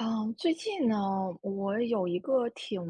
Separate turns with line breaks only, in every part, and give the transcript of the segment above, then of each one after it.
嗯，最近呢，我有一个挺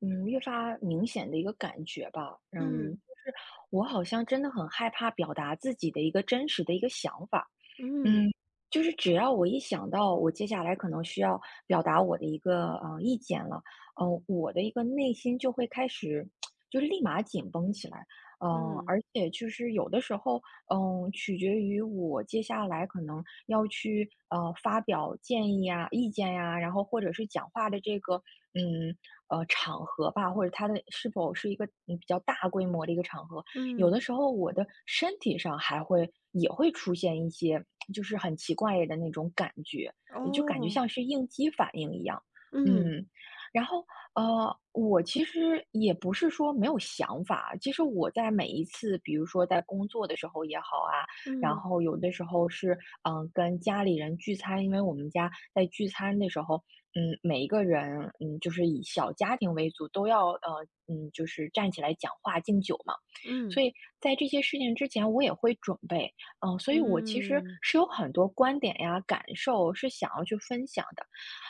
越发明显的一个感觉吧，
嗯，
就是我好像真的很害怕表达自己的一个真实的一个想法。
嗯，
嗯，就是只要我一想到我接下来可能需要表达我的一个意见了，我的一个内心就会开始就是立马紧绷起来。嗯、
嗯，
而且就是有的时候，取决于我接下来可能要去发表建议呀、意见呀、然后或者是讲话的这个嗯场合吧，或者它的是否是一个比较大规模的一个场合。有
嗯，
的时候我的身体上还会也会出现一些就是很奇怪的那种感觉，就感觉
哦，
像是应激反应一样。
嗯，
嗯，然后我其实也不是说没有想法。其实我在每一次，比如说在工作的时候也好啊，然
嗯，
后有的时候是跟家里人聚餐。因为我们家在聚餐的时候，每一个人就是以小家庭为主，都要就是站起来讲话敬酒嘛。
嗯，
所以在这些事情之前，我也会准备。所以我其实
嗯，
是有很多观点呀、感受是想要去分享的。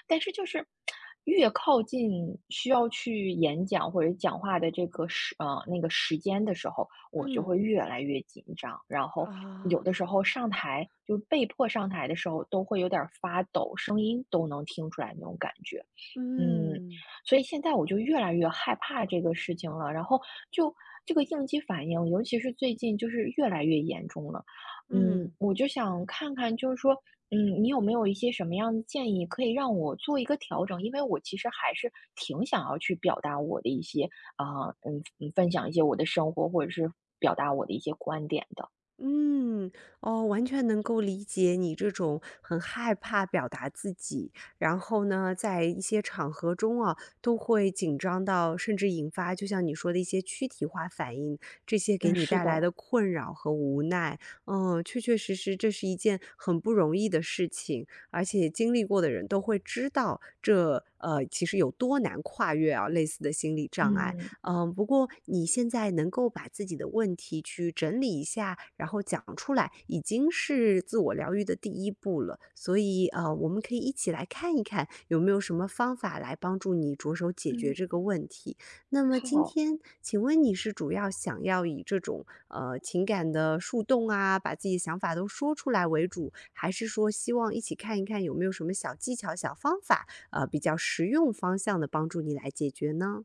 但是就是越靠近需要去演讲或者讲话的这个时呃那个时间的时候，我就
嗯，
会越来越紧张。然后有的
啊，
时候就被迫上台的时候，都会有点儿发抖，声音都能听出来那种感觉。嗯，
嗯，
所以现在我就越来越害怕这个事情了。然后就这个应激反应，尤其是最近就是越来越严重了。
嗯。
我就想看看，就是说，你有没有一些什么样的建议可以让我做一个调整？因为我其实还是挺想要去表达我的一些啊，分享一些我的生活，或者是表达我的一些观点的。
嗯，哦，完全能够理解你这种很害怕表达自己，然后呢，在一些场合中啊，都会紧张到甚至引发，就像你说的一些躯体化反应，这些给
嗯，
你
是
带来
的。
的困扰和无奈，嗯，确确实实这是一件很不容易的事情，而且经历过的人都会知道这其实有多难跨越啊类似的心理障碍。
嗯。嗯
嗯，不过你现在能够把自己的问题去整理一下，然后讲出来，已经是自我疗愈的第一步了。所以，我们可以一起来看一看有没有什么方法来帮助你着手解决
嗯，
这个问题。那么今
好。
天，请问你是主要想要以这种情感的树洞啊，把自己的想法都说出来为主，还是说希望一起看一看有没有什么小技巧、小方法，比较实用方向的帮助你来解决呢？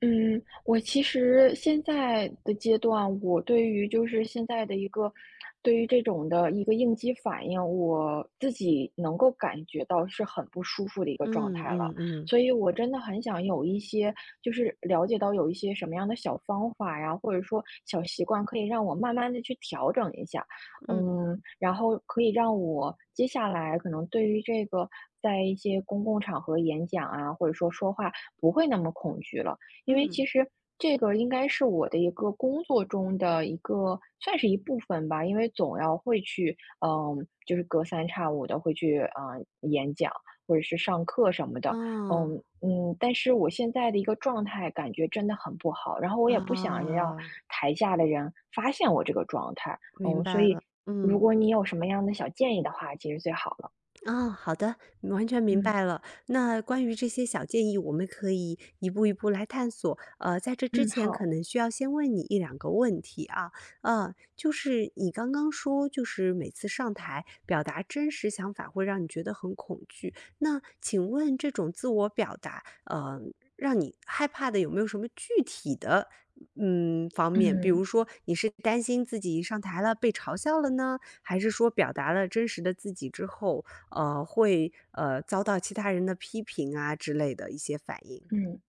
嗯，我其实现在的阶段，我对于就是现在的一个，对于这种的一个应激反应，我自己能够感觉到是很不舒服的一个状
嗯
态了。
嗯嗯
所以我真的很想有一些，就是了解到有一些什么样的小方法呀，或者说小习惯，可以让我慢慢的去调整一下。
嗯
然后可以让我接下来可能对于这个在一些公共场合演讲啊，或者说说话不会那么恐惧了。因
嗯，
为其
嗯
实这个应该是我的一个工作中的一个，算是一部分吧。因为总要会去，就是隔三差五的会去，演讲或者是上课什么的。嗯
哦，
但是我现在的一个状态感觉真的很不好，然后我也不想让
啊，
台下的人发现我这个状态。
明
所
白
以
了，
如
嗯。
果你有什么样的小建议的话，其实最好了。
哦，好的，完全明
嗯
白了。那关于这些小建议，我们可以一步一步来探索。在这之
嗯，
前，可
好。
能需要先问你一两个问题啊。就是你刚刚说，就是每次上台表达真实想法会让你觉得很恐惧。那请问这种自我表达，让你害怕的有没有什么具体的方面？比
嗯
如说，你是担心自己上台了被嘲笑了呢，还是说表达了真实的自己之后？会遭到其他人的批评啊之类的一些反应。
嗯。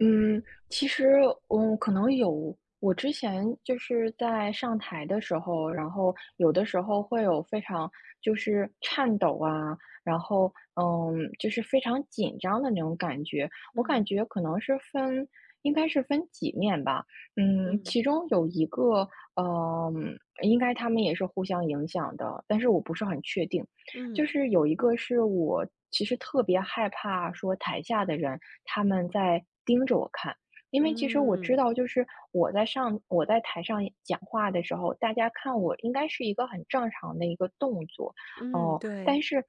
嗯，其实，可能有。我之前就是在上台的时候，然后有的时候会有非常就是颤抖啊，然后就是非常紧张的那种感觉。我感
嗯
觉可能应该是分几面吧。
嗯
其中有一个，嗯，应该他们也是互相影响的，但是我不是很确定。就
嗯
是有一个是我其实特别害怕说台下的人他们在盯着我看。因为其实我知
嗯
道，就是我在台上讲话的时候，大家看我应该是一个很正常的一个动作。
嗯，
哦、但
对
是。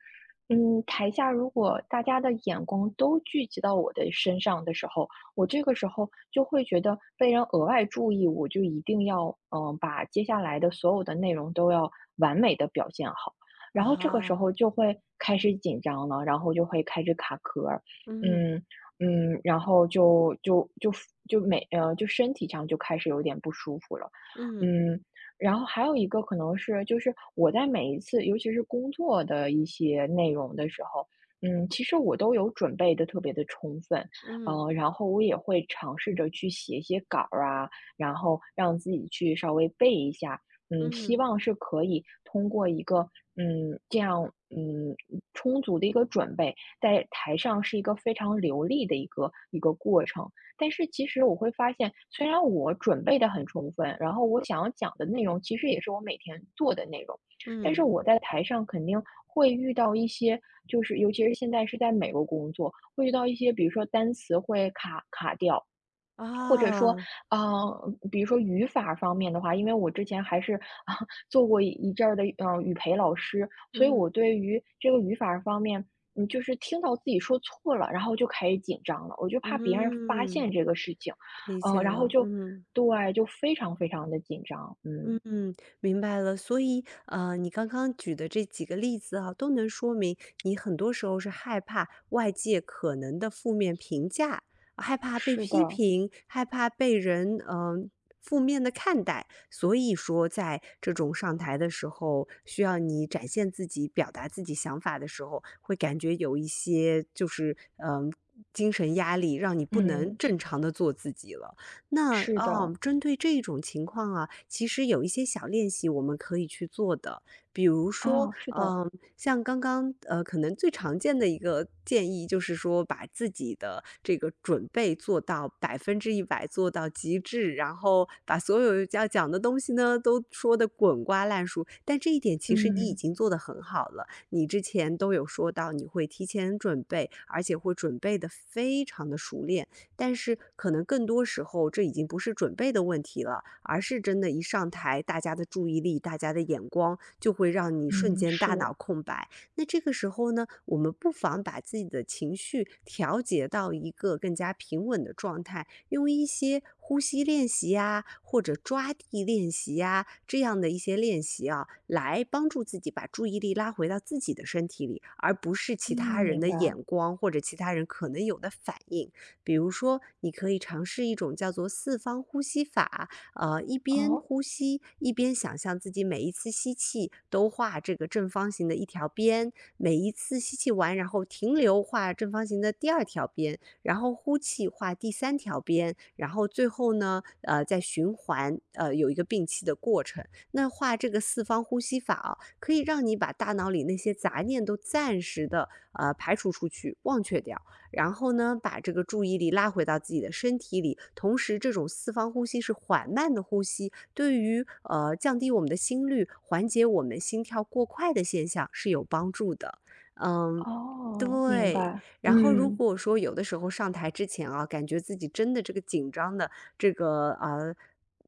台下如果大家的眼光都聚集到我的身上的时候，我这个时候就会觉得被人额外注意，我就一定要把接下来的所有的内容都要完美的表现好。然后这个时
啊，
候就会开始紧张了，然后就会开始卡壳儿。
嗯
嗯然后就身体上就开始有点不舒服了。
嗯
嗯。然后还有一个可能是，就是我在每一次，尤其是工作的一些内容的时候，其实我都有准备的特别的充分。
嗯
然后我也会尝试着去写一些稿儿啊，然后让自己去稍微背一下。希
嗯
望是可以通过一个,这样，充足的一个准备，在台上是一个非常流利的一个过程。但是其实我会发现，虽然我准备的很充分，然后我想要讲的内容其实也是我每天做的内容。但是
嗯
我在台上肯定会遇到一些，就是尤其是现在是在美国工作，会遇到一些，比如说单词会卡掉，或者说，
啊，
呃，比如说语法方面的话，因为我之前还是啊 做过一阵儿的语培老师。所以
嗯
我对于这个语法方面，就是听到自己说错了，然后就开始紧张了，我就怕别人发
嗯，
现这个事情。
理解
然后
了，
就
嗯。
对，就非常非常的紧张。嗯，
嗯，明白了。所以，你刚刚举的这几个例子啊，都能说明你很多时候是害怕外界可能的负面评价，害怕被
是
批
的。
评，害怕被人负面的看待。所以说，在这种上台的时候，需要你展现自己、表达自己想法的时候，会感觉有一些就是精神压力，让你不能
嗯，
正常的做自己了。那
是
啊，
的。
针对这种情况啊，其实有一些小练习我们可以去做的，比如说，
啊，是的。
像刚刚可能最常见的一个建议就是说，把自己的这个准备做到百分之一百，做到极致，然后把所有要讲的东西呢都说的滚瓜烂熟。但这一点其实你已
嗯
经做得很好了，你之前都有说到你会提前准备，而且会准备的非常的熟练。但是可能更多时候，这已经不是准备的问题了，而是真的一上台，大家的注意力、大家的眼光就会让你瞬
嗯，
间大
是。
脑空白。那这个时候呢，我们不妨把自己的情绪调节到一个更加平稳的状态，用一些呼吸练习呀，或者抓地练习呀，这样的一些练习啊，来帮助自己把注意力拉回到自己的身体里，而不是
嗯，
其他人
明
的
白。
眼光或者其他人可能有的反应。比如说，你可以尝试一种叫做四方呼吸法，一边
哦
呼吸，一边想象自己每一次吸气都画这个正方形的一条边，每一次吸气完，然后停留画正方形的第二条边，然后呼气画第三条边，然后最后呢，再循环，有一个摒气的过程。那画这个四方呼吸法啊，可以让你把大脑里那些杂念都暂时的排除出去，忘却掉。然后呢，把这个注意力拉回到自己的身体里，同时这种四方呼吸是缓慢的呼吸，对于降低我们的心率，缓解我们心跳过快的现象是有帮助的。嗯，
哦，明白。
对。然后如
嗯
果说有的时候上台之前啊，感觉自己真的这个紧张的这个。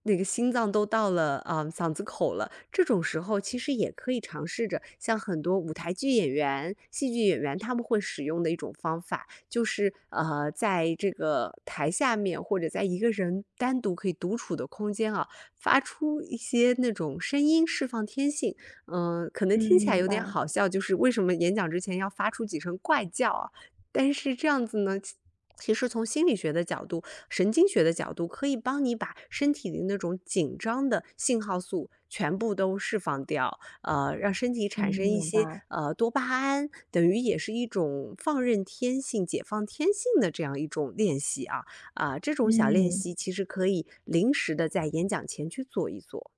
那个心脏都到了啊、嗓子口了，这种时候其实也可以尝试着像很多舞台剧演员、戏剧演员他们会使用的一种方法，就是在这个台下面或者在一个人单独可以独处的空间啊，发出一些那种声音释放天性。可能
嗯，
听起来
明
有点
白。
好笑，就是为什么演讲之前要发出几声怪叫啊？但是这样子呢，其实从心理学的角度、神经学的角度，可以帮你把身体里那种紧张的信号素全部都释放掉。让身体
嗯，
产生一
明
些
白。
多巴胺，等于也是一种放任天性、解放天性的这样一种练习啊。这种小练
嗯，
习其实可以临时的在演讲前去做一做。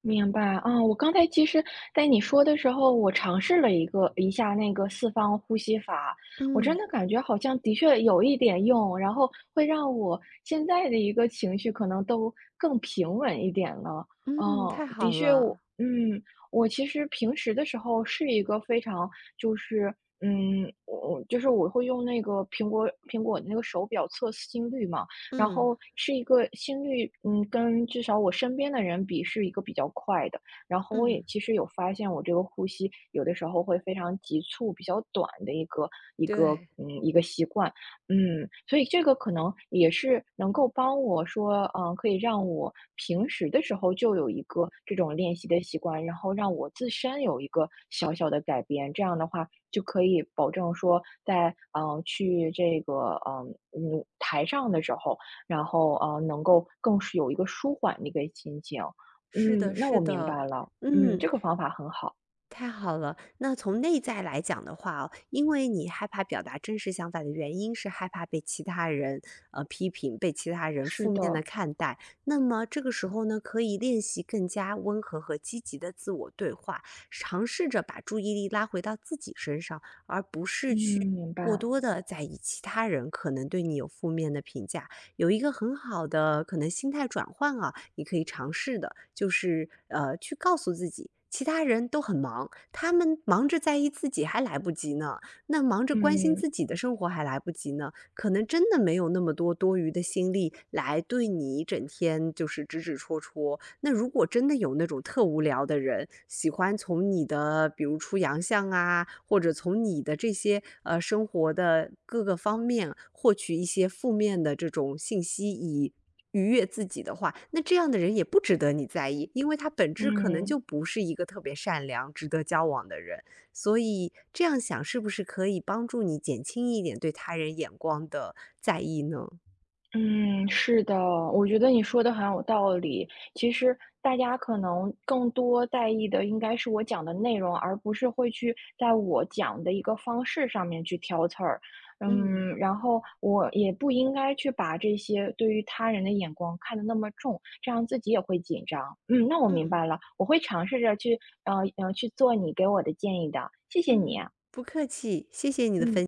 明白啊。我刚才其实在你说的时候，我尝试了一下那个四方呼吸法。我真
嗯
的感觉好像的确有一点用，然后会让我现在的一个情绪可能都更平稳一点了。
嗯，太
的
好
确我，
了。
我其实平时的时候是一个非常就是，我就是我会用那个苹果那个手表测心率嘛。然
嗯
后是一个心率，跟至少我身边的人比是一个比较快的。然后我也
嗯，
其实有发现，我这个呼吸有的时候会非常急促、比较短的
对，
一个习惯。所以这个可能也是能够帮我说，可以让我平时的时候就有一个这种练习的习惯，然后让我自身有一个小小的改变，这样的话就可以保证说在去这个台上的时候。然后，能够更是有一个舒缓的一个心情。
是的，
那
是
我明
的。
白了。嗯，
嗯，
这个方法很好。
太好了，那从内在来讲的话哦，因为你害怕表达真实想法的原因是害怕被其他人批评，被其他人
是
负面的
的。
看待。那么这个时候呢，可以练习更加温和和积极的自我对话，尝试着把注意力拉回到自己身上，而不是
嗯，
去
明
过
白。
多的在意其他人可能对你有负面的评价，有一个很好的可能心态转换啊，你可以尝试的，就是去告诉自己，其他人都很忙，他们忙着在意自己还来不及呢，那忙着关心
嗯。
自己的生活还来不及呢，可能真的没有那么多多余的心力来对你整天就是指指戳戳。那如果真的有那种特无聊的人，喜欢从你的比如出洋相啊，或者从你的这些生活的各个方面获取一些负面的这种信息，以愉悦自己的话，那这样的人也不值得你在意，因为他本质可能
嗯。
就不是一个特别善良、值得交往的人。所以这样想是不是可以帮助你减轻一点对他人眼光的在意呢？
嗯，是的。我觉得你说的很有道理。其实大家可能更多在意的应该是我讲的内容，而不是会去在我讲的一个方式上面去挑刺儿。
嗯。
然后我也不应该去把这些对于他人的眼光看得那么重，这样自己也会紧张。嗯，那我明
嗯
白了。我会尝试着去，去做你给我的建议的。谢谢你
嗯。
啊
不客气，谢谢你的分
嗯。